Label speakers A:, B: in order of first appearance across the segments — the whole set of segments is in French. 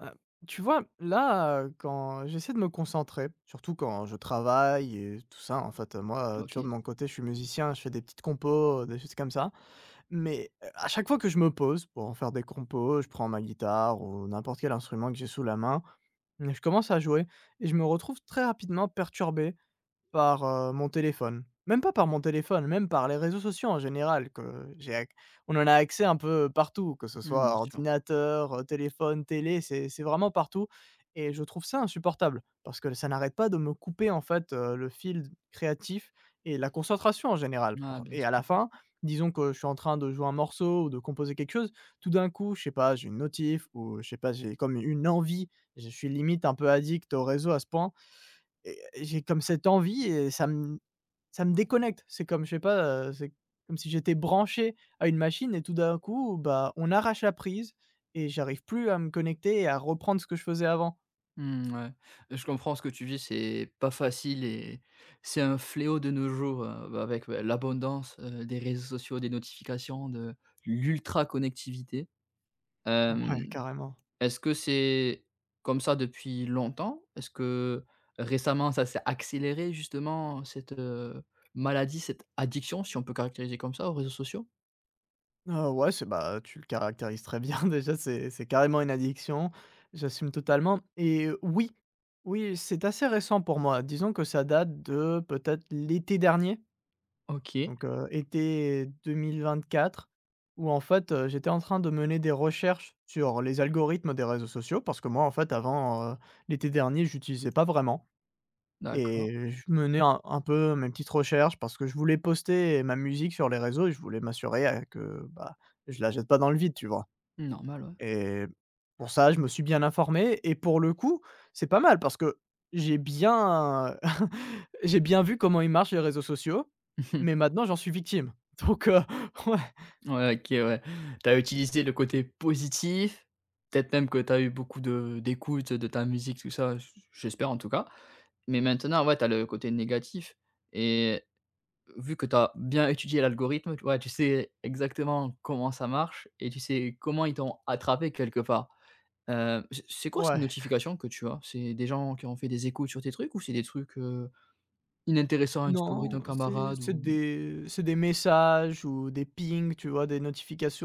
A: Heu, tu vois, là, quand j'essaie de me concentrer, surtout quand je travaille et tout ça, en fait, moi, tu vois, de
B: OK.
A: mon côté, je suis musicien, je fais des petites compos, des choses comme ça. Mais, à chaque fois que je me pose pour en faire des compos, je prends ma guitare ou n'importe quel instrument que j'ai sous la main, mais je commence à jouer et je me retrouve très rapidement perturbé par, mon téléphone. Même pas par mon téléphone, même par les réseaux sociaux en général que j'ai acc on en a accès un peu partout, que ce
B: Mmh,
A: soit
B: bien sûr.
A: ordinateur, téléphone, télé, c'est vraiment partout. Et je trouve ça insupportable parce que ça n'arrête pas de me couper en fait, le fil créatif et la concentration en général
B: Ah,
A: par
B: bien
A: et
B: sûr,
A: à la
B: ouais.
A: fin, disons que je suis en train de jouer un morceau ou de composer quelque chose, tout d'un coup, je sais pas, j'ai une notif ou je sais pas, j'ai comme une envie, je suis limite un peu addict aux réseaux à ce point et j'ai comme cette envie et ça me déconnecte. C'est comme, je sais pas, c'est comme si j'étais branché à une machine et tout d'un coup, bah, on arrache la prise et j'arrive plus à me connecter et à reprendre ce que je faisais avant.
B: Mmh, ouais. Je comprends ce que tu vis, c'est pas facile et c'est un fléau de nos jours, bah, avec, bah, l'abondance, des réseaux sociaux, des notifications, de l'ultra connectivité.
A: Ouais,
B: Hem,
A: carrément.
B: est-ce que c'est comme ça depuis longtemps? Est-ce que récemment ça s'est accéléré justement cette maladie, cette addiction, si on peut caractériser comme ça, aux réseaux sociaux?
A: Ouais, c'est bah, tu le caractérises très bien déjà, c'est carrément une addiction. J'assume totalement et oui, oui, c'est assez récent pour moi. Disons que ça date de peut-être l'été dernier.
B: OK,
A: Donc, été 2024 où en fait, j'étais en train de mener des recherches sur les algorithmes des réseaux sociaux parce que moi, en fait, avant, l'été dernier, j'utilisais pas vraiment.
B: d'accord.
A: Et je menais un peu mes petites recherches parce que je voulais poster ma musique sur les réseaux et je voulais m'assurer, que, bah, je la jette pas dans le vide, tu vois?
B: Normal, ouais.
A: Et pour ça, je me suis bien informé et pour le coup, c'est pas mal parce que j'ai bien j'ai bien vu comment ils marchent les réseaux sociaux, mais maintenant j'en suis victime. Donc ouais,
B: Ouais, OK, ouais. T'as utilisé le côté positif, peut-être même que t'as eu beaucoup de d'écoute de ta musique, tout ça, j'espère en tout cas. Mais maintenant, ouais, t'as le côté négatif et vu que t'as bien étudié l'algorithme, tu vois, tu sais exactement comment ça marche et tu sais comment ils t'ont attrapé quelque part. C'est quoi ces
A: ouais.
B: notifications que tu as? C'est des gens qui ont fait des écoutes sur tes trucs ou c'est des trucs, inintéressants, une story d'un
A: Non, c'est
B: camarade ou
A: c'est des c'est des messages ou des pings, tu vois? Des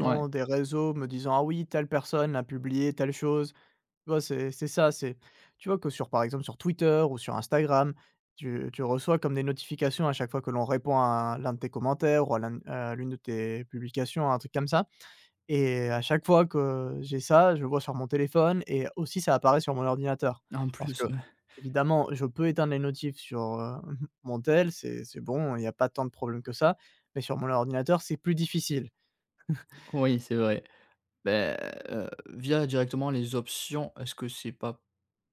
B: ouais,
A: des réseaux me disant: «Ah oui, telle personne a publié telle chose». Tu vois, c'est ça, c'est tu vois que sur par exemple sur Twitter ou sur Instagram, tu reçois comme des notifications à chaque fois que l'on répond à l'un de tes commentaires ou à l'un à l'une de tes publications, un truc comme ça et à chaque fois que j'ai ça, je le vois sur mon téléphone et aussi ça apparaît sur mon ordinateur.
B: en
A: Parce que
B: plus, ouais.
A: évidemment, je peux éteindre les notifs sur, mon tel, c'est bon, il y a pas tant de problèmes que ça, mais sur mon ordinateur, c'est plus difficile.
B: Oui, c'est vrai. Beh, via directement les options, est-ce que c'est pas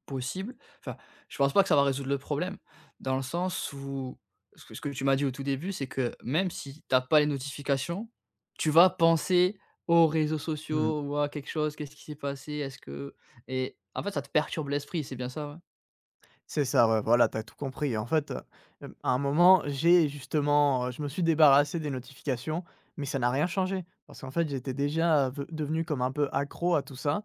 B: possible? Enfin, je pense pas que ça va résoudre le problème, dans le sens où ce que tu m'as dit au tout début, c'est que même si t'as pas les notifications, tu vas penser aux réseaux
A: Mmh.
B: sociaux ou à quelque chose. Qu'est-ce qui s'est passé? Est-ce que et en fait, ça te perturbe l'esprit, c'est bien ça, ouais?
A: C'est ça, ouais, voilà, tu as tout compris. En fait, à un moment, j'ai justement, je me suis débarrassé des notifications, mais ça n'a rien changé. Parce qu'en fait, j'étais déjà, v devenu comme un peu accro à tout ça.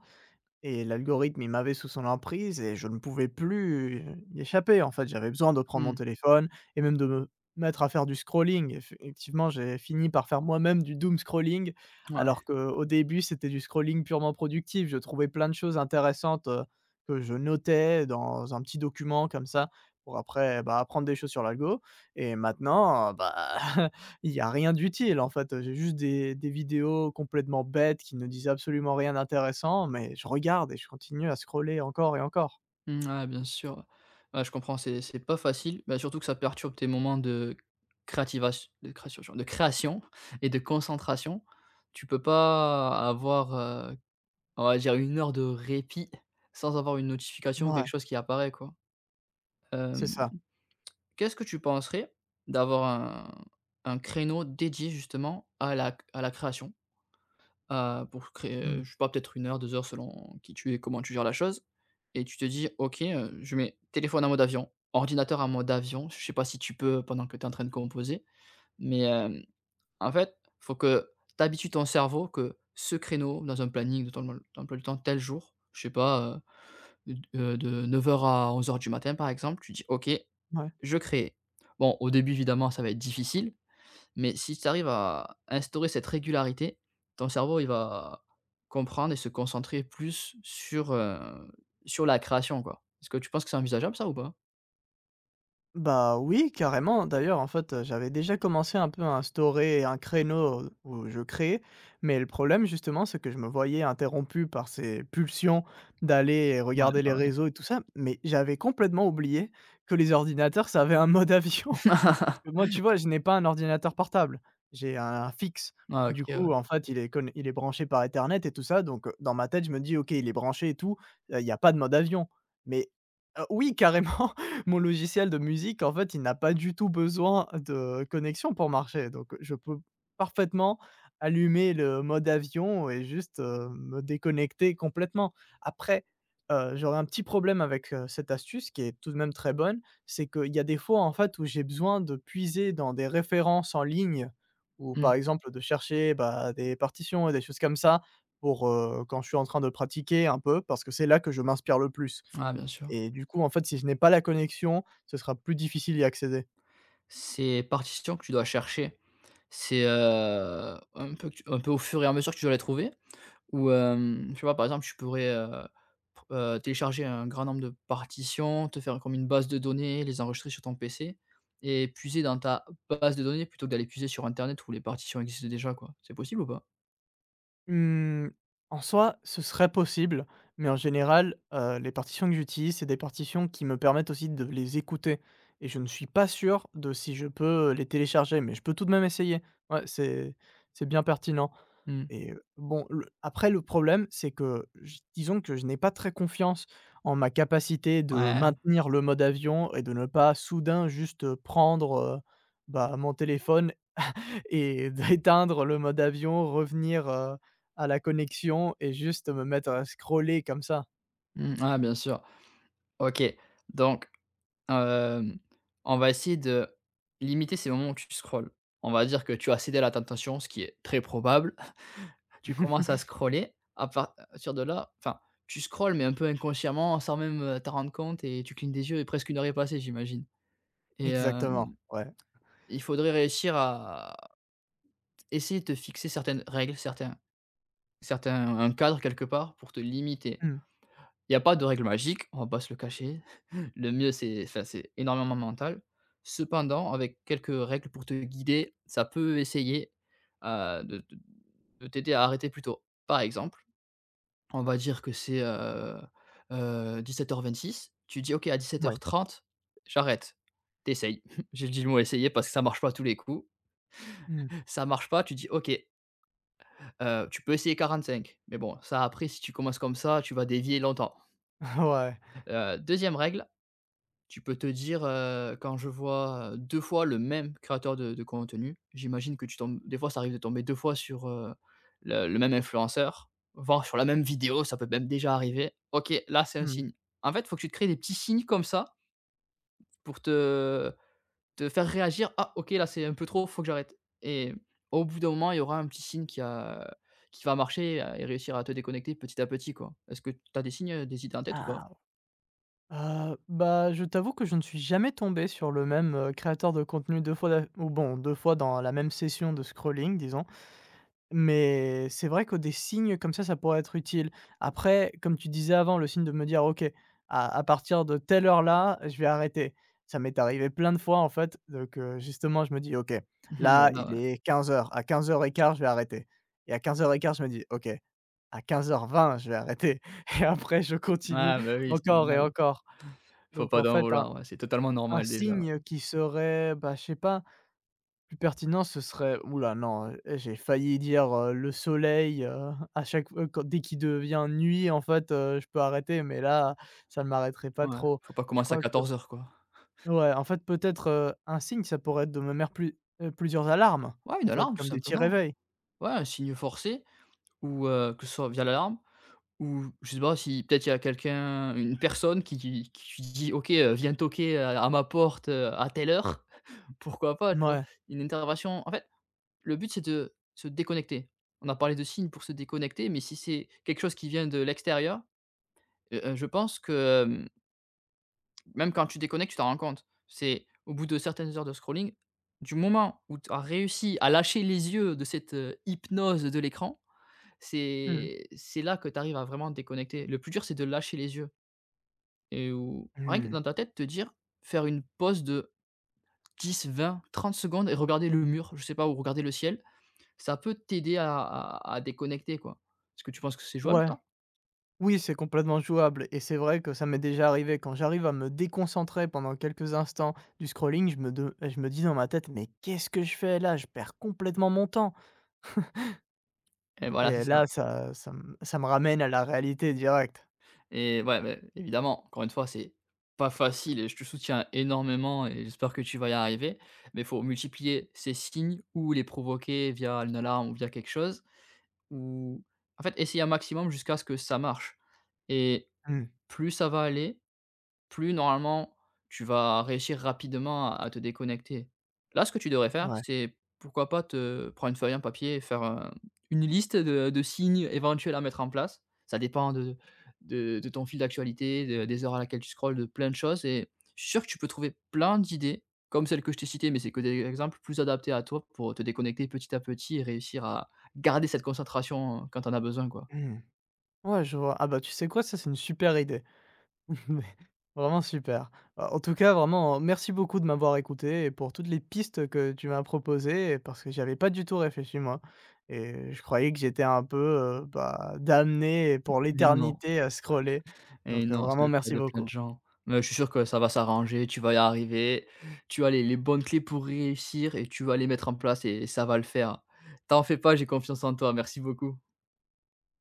A: Et l'algorithme, il m'avait sous son emprise et je ne pouvais plus, y échapper, en fait. J'avais besoin de prendre mon
B: Mmh,
A: téléphone et même de me mettre à faire du scrolling. Effectivement, j'ai fini par faire moi-même du doom scrolling, alors
B: ouais.
A: qu'au début, c'était du scrolling purement productif. Je trouvais plein de choses intéressantes, que je notais dans un petit document comme ça pour après, bah, apprendre des choses sur l'algo et maintenant, bah il y a rien d'utile en fait, j'ai juste des vidéos complètement bêtes qui ne disent absolument rien d'intéressant, mais je regarde et je continue à scroller encore et encore.
B: Mmh, ouais, bien sûr. Ouais, je comprends, c'est pas facile, bah, surtout que ça perturbe tes moments de créativation de création genre, de création et de concentration. Tu peux pas avoir, on va dire une heure de répit sans avoir une notification ou quelque
A: Mouais,
B: chose qui apparaît, quoi.
A: c'est
B: Hem,
A: ça.
B: qu'est-ce que tu penserais d'avoir un créneau dédié justement à la création? Pour
A: Mmh.
B: créer, je sais pas, peut-être une heure, 2 heures selon qui tu es, comment tu gères la chose et tu te dis: «OK, je mets téléphone en mode avion, ordinateur en mode avion». Je sais pas si tu peux pendant que tu es en train de composer, mais en fait, faut que tu habitues ton cerveau que ce créneau dans un planning de ton mol emploi du temps tel jour, je sais pas, d de 9 h à 11 h du matin par exemple, tu dis: «OK,
A: Ouais.
B: je crée». Bon, au début évidemment ça va être difficile, mais si tu arrives à instaurer cette régularité, ton cerveau, il va comprendre et se concentrer plus sur, sur la création, quoi. Est-ce que tu penses que c'est envisageable, ça, ou pas?
A: Bah oui, carrément. D'ailleurs, en fait, j'avais déjà commencé un peu à instaurer un créneau où je créais, mais le problème justement, c'est que je me voyais interrompu par ces pulsions d'aller
B: Ouais,
A: regarder
B: bah,
A: les
B: ouais.
A: réseaux et tout ça, mais j'avais complètement oublié que les ordinateurs, ça avait un mode avion. Parce que moi, tu vois, je n'ai pas un ordinateur portable, j'ai un fixe.
B: Ah OK,
A: Du coup,
B: ouais.
A: en fait, il est conne il est branché par Ethernet et tout ça, donc dans ma tête, je me dis: «OK, il est branché et tout, il y a pas de mode avion». Mais oui, carrément! Mon logiciel de musique, en fait, il n'a pas du tout besoin de connexion pour marcher. Donc, je peux parfaitement allumer le mode avion et juste, me déconnecter complètement. Après, j'aurais un petit problème avec, cette astuce qui est tout de même très bonne, c'est qu'il y a des fois, en fait, où j'ai besoin de puiser dans des références en ligne ou par
B: Mmh.
A: exemple de chercher, bah, des partitions et des choses comme ça pour, quand je suis en train de pratiquer un peu, parce que c'est là que je m'inspire le plus.
B: Ah bien sûr.
A: Et du coup, en fait, si je n'ai pas la connexion, ce sera plus difficile d'y accéder.
B: Ces partitions que tu dois chercher, c'est, un peu que tu un peu au fur et à mesure que tu dois les trouver? Ou tu vois, par exemple, tu pourrais, pr télécharger un grand nombre de partitions, te faire comme une base de données, les enregistrer sur ton PC et puiser dans ta base de données plutôt que d'aller puiser sur internet où les partitions existent déjà, quoi. C'est possible ou pas?
A: Mmh, en soi, ce serait possible, mais en général, les partitions que j'utilise, c'est des partitions qui me permettent aussi de les écouter et je ne suis pas sûr de si je peux les télécharger, mais je peux tout de même essayer. Ouais, c'est bien pertinent
B: Mmh.
A: et bon, le après le problème, c'est que j disons que je n'ai pas très confiance en ma capacité de
B: Ouais.
A: maintenir le mode avion et de ne pas soudain juste, prendre, bah, mon téléphone et d'éteindre le mode avion, revenir, à la connexion et juste me mettre à scroller comme ça.
B: Mmh, ah, bien sûr. OK, donc hem, on va essayer de limiter ces moments où tu scrolles. On va dire que tu as cédé à la tentation, ce qui est très probable. Tu commences à scroller, à partir de là, enfin, tu scrolles, mais un peu inconsciemment, sans même, t'en rendre compte et tu clignes des yeux et presque une heure est passée, j'imagine, et
A: Exactement, ouais.
B: il faudrait réussir à essayer de te fixer certaines règles, certains certains un cadre quelque part pour te limiter.
A: Mmh.
B: Il n'y a pas de règle magique, on va pas se le cacher. Le mieux, c'est enfin, c'est énormément mental. Cependant, avec quelques règles pour te guider, ça peut essayer, heu, de de de t'aider à arrêter plus tôt. Par exemple, on va dire que c'est, 17 h 26. Tu dis: «OK, à
A: Ouais.
B: 17 h 30, j'arrête». T'essayes. J'ai dit le mot «essayer» parce que ça marche pas à tous les coups.
A: Mmh.
B: Ça marche pas, tu dis: «OK, tu peux essayer 45». Mais bon, ça après si tu commences comme ça, tu vas dévier longtemps.
A: Ouais.
B: 2 règle. Tu peux te dire, quand je vois, 2 fois le même créateur de contenu, j'imagine que tu tombes des fois, ça arrive de tomber 2 fois sur, le même influenceur, voire sur la même vidéo, ça peut même déjà arriver. OK, là c'est un
A: Mmh.
B: signe. En fait, il faut que tu te crées des petits signes comme ça pour te faire réagir: «Ah OK, là c'est un peu trop, faut que j'arrête», et au bout d'un moment, il y aura un petit signe qui va marcher, et réussir à te déconnecter petit à petit, quoi. Est-ce que tu as des signes, des idées en tête ou pas?
A: Ah, bah, je t'avoue que je ne suis jamais tombé sur le même, créateur de contenu 2 fois d'a ou bon, 2 fois dans la même session de scrolling, disons. Mais c'est vrai que des signes comme ça pourrait être utile. Après, comme tu disais avant, le signe de me dire: «OK, à partir de telle heure-là, je vais arrêter». Ça m'est arrivé plein de fois, en fait, donc que justement je me dis: «OK, là,
B: Voilà,
A: il
B: ouais.
A: est 15 h. À 15:15, je vais arrêter» et à 15:15, je me dis: «OK, à 15 h 20, je vais arrêter» et après je continue
B: Ouais, bah, oui, c'est
A: encore et
B: normal.
A: encore.
B: Faut
A: Donc
B: pas
A: en
B: d'en
A: fait, un
B: vouloir, ouais, c'est totalement
A: un
B: normal déjà,
A: signe
B: ouais.
A: qui serait, bah, je sais pas plus pertinent, ce serait Oula, non, eh j'ai failli dire, le soleil, à chaque fois quand dès qu'il devient nuit en fait, je peux arrêter, mais là, ça ne m'arrêterait pas
B: Ouais,
A: trop.
B: faut pas
A: Je
B: commencer à
A: crois que
B: 14 h, quoi.
A: ouais, en fait peut-être, un signe, ça pourrait être de me mettre plusieurs alarmes,
B: Ouais,
A: en
B: une
A: fait,
B: alarme tout
A: comme des petits
B: simplement.
A: réveils.
B: Ouais, un signe forcé ou que ce soit via l'alarme ou je sais pas si peut-être il y a quelqu'un une personne qui dit: «OK, viens toquer à ma porte, à telle heure». Pourquoi pas, tu vois?
A: Ouais.
B: Une intervention en fait, le but c'est de se déconnecter. On a parlé de signes pour se déconnecter, mais si c'est quelque chose qui vient de l'extérieur, je pense que, hem. Même quand tu déconnectes, tu t'en rends compte. C'est au bout de certaines heures de scrolling, du moment où tu as réussi à lâcher les yeux de cette, hypnose de l'écran,
A: Mmh.
B: c'est là que tu arrives à vraiment te déconnecter. Le plus dur, c'est de lâcher les yeux et ou rien que
A: Mmh.
B: dans ta tête, te dire, faire une pause de 10, 20, 30 secondes et regarder le mur, je sais pas, ou regarder le ciel, ça peut t'aider à déconnecter, quoi. Est-ce que tu penses que c'est jouable,
A: Ouais.
B: ça?
A: Oui, c'est complètement jouable et c'est vrai que ça m'est déjà arrivé quand j'arrive à me déconcentrer pendant quelques instants du scrolling, je me dis dans ma tête: «Mais qu'est-ce que je fais là? Je perds complètement mon temps».
B: Et voilà, c'est
A: Et
B: ça.
A: là, ça me ramène à la réalité directe.
B: Et ouais, beh, évidemment, encore une fois, c'est pas facile et je te soutiens énormément et j'espère que tu vas y arriver. Mais il faut multiplier ces signes ou les provoquer via une alarme ou via quelque chose ou en fait, essayer un maximum jusqu'à ce que ça marche. Et
A: Mmh.
B: plus ça va aller, plus normalement tu vas réussir rapidement à te déconnecter. Là, ce que tu devrais faire,
A: Ouais.
B: c'est pourquoi pas te prendre une feuille, un papier et faire, une liste de signes éventuels à mettre en place. Ça dépend de ton fil d'actualité, de des heures à laquelle tu scrolles, de plein de choses et je suis sûr que tu peux trouver plein d'idées comme celles que je t'ai citées, mais c'est que des exemples plus adaptés à toi pour te déconnecter petit à petit et réussir à garder cette concentration, quand on a besoin, quoi.
A: Mmh. Ouais, je vois. Ah bah, tu sais quoi? Ça, c'est une super idée. Mais vraiment super. Bah, en tout cas, vraiment, merci beaucoup de m'avoir écouté et pour toutes les pistes que tu m'as proposées parce que j'avais pas du tout réfléchi, moi et je croyais que j'étais un peu, bah, damné pour
B: Eh non,
A: l'éternité à scroller,
B: eh
A: donc
B: non, c'est
A: vraiment
B: le cas
A: merci
B: de plein
A: beaucoup.
B: de gens. Mais je suis sûr que ça va s'arranger, tu vas y arriver, tu as les bonnes clés pour réussir et tu vas les mettre en place et ça va le faire. T'en fais pas, j'ai confiance en toi, merci beaucoup.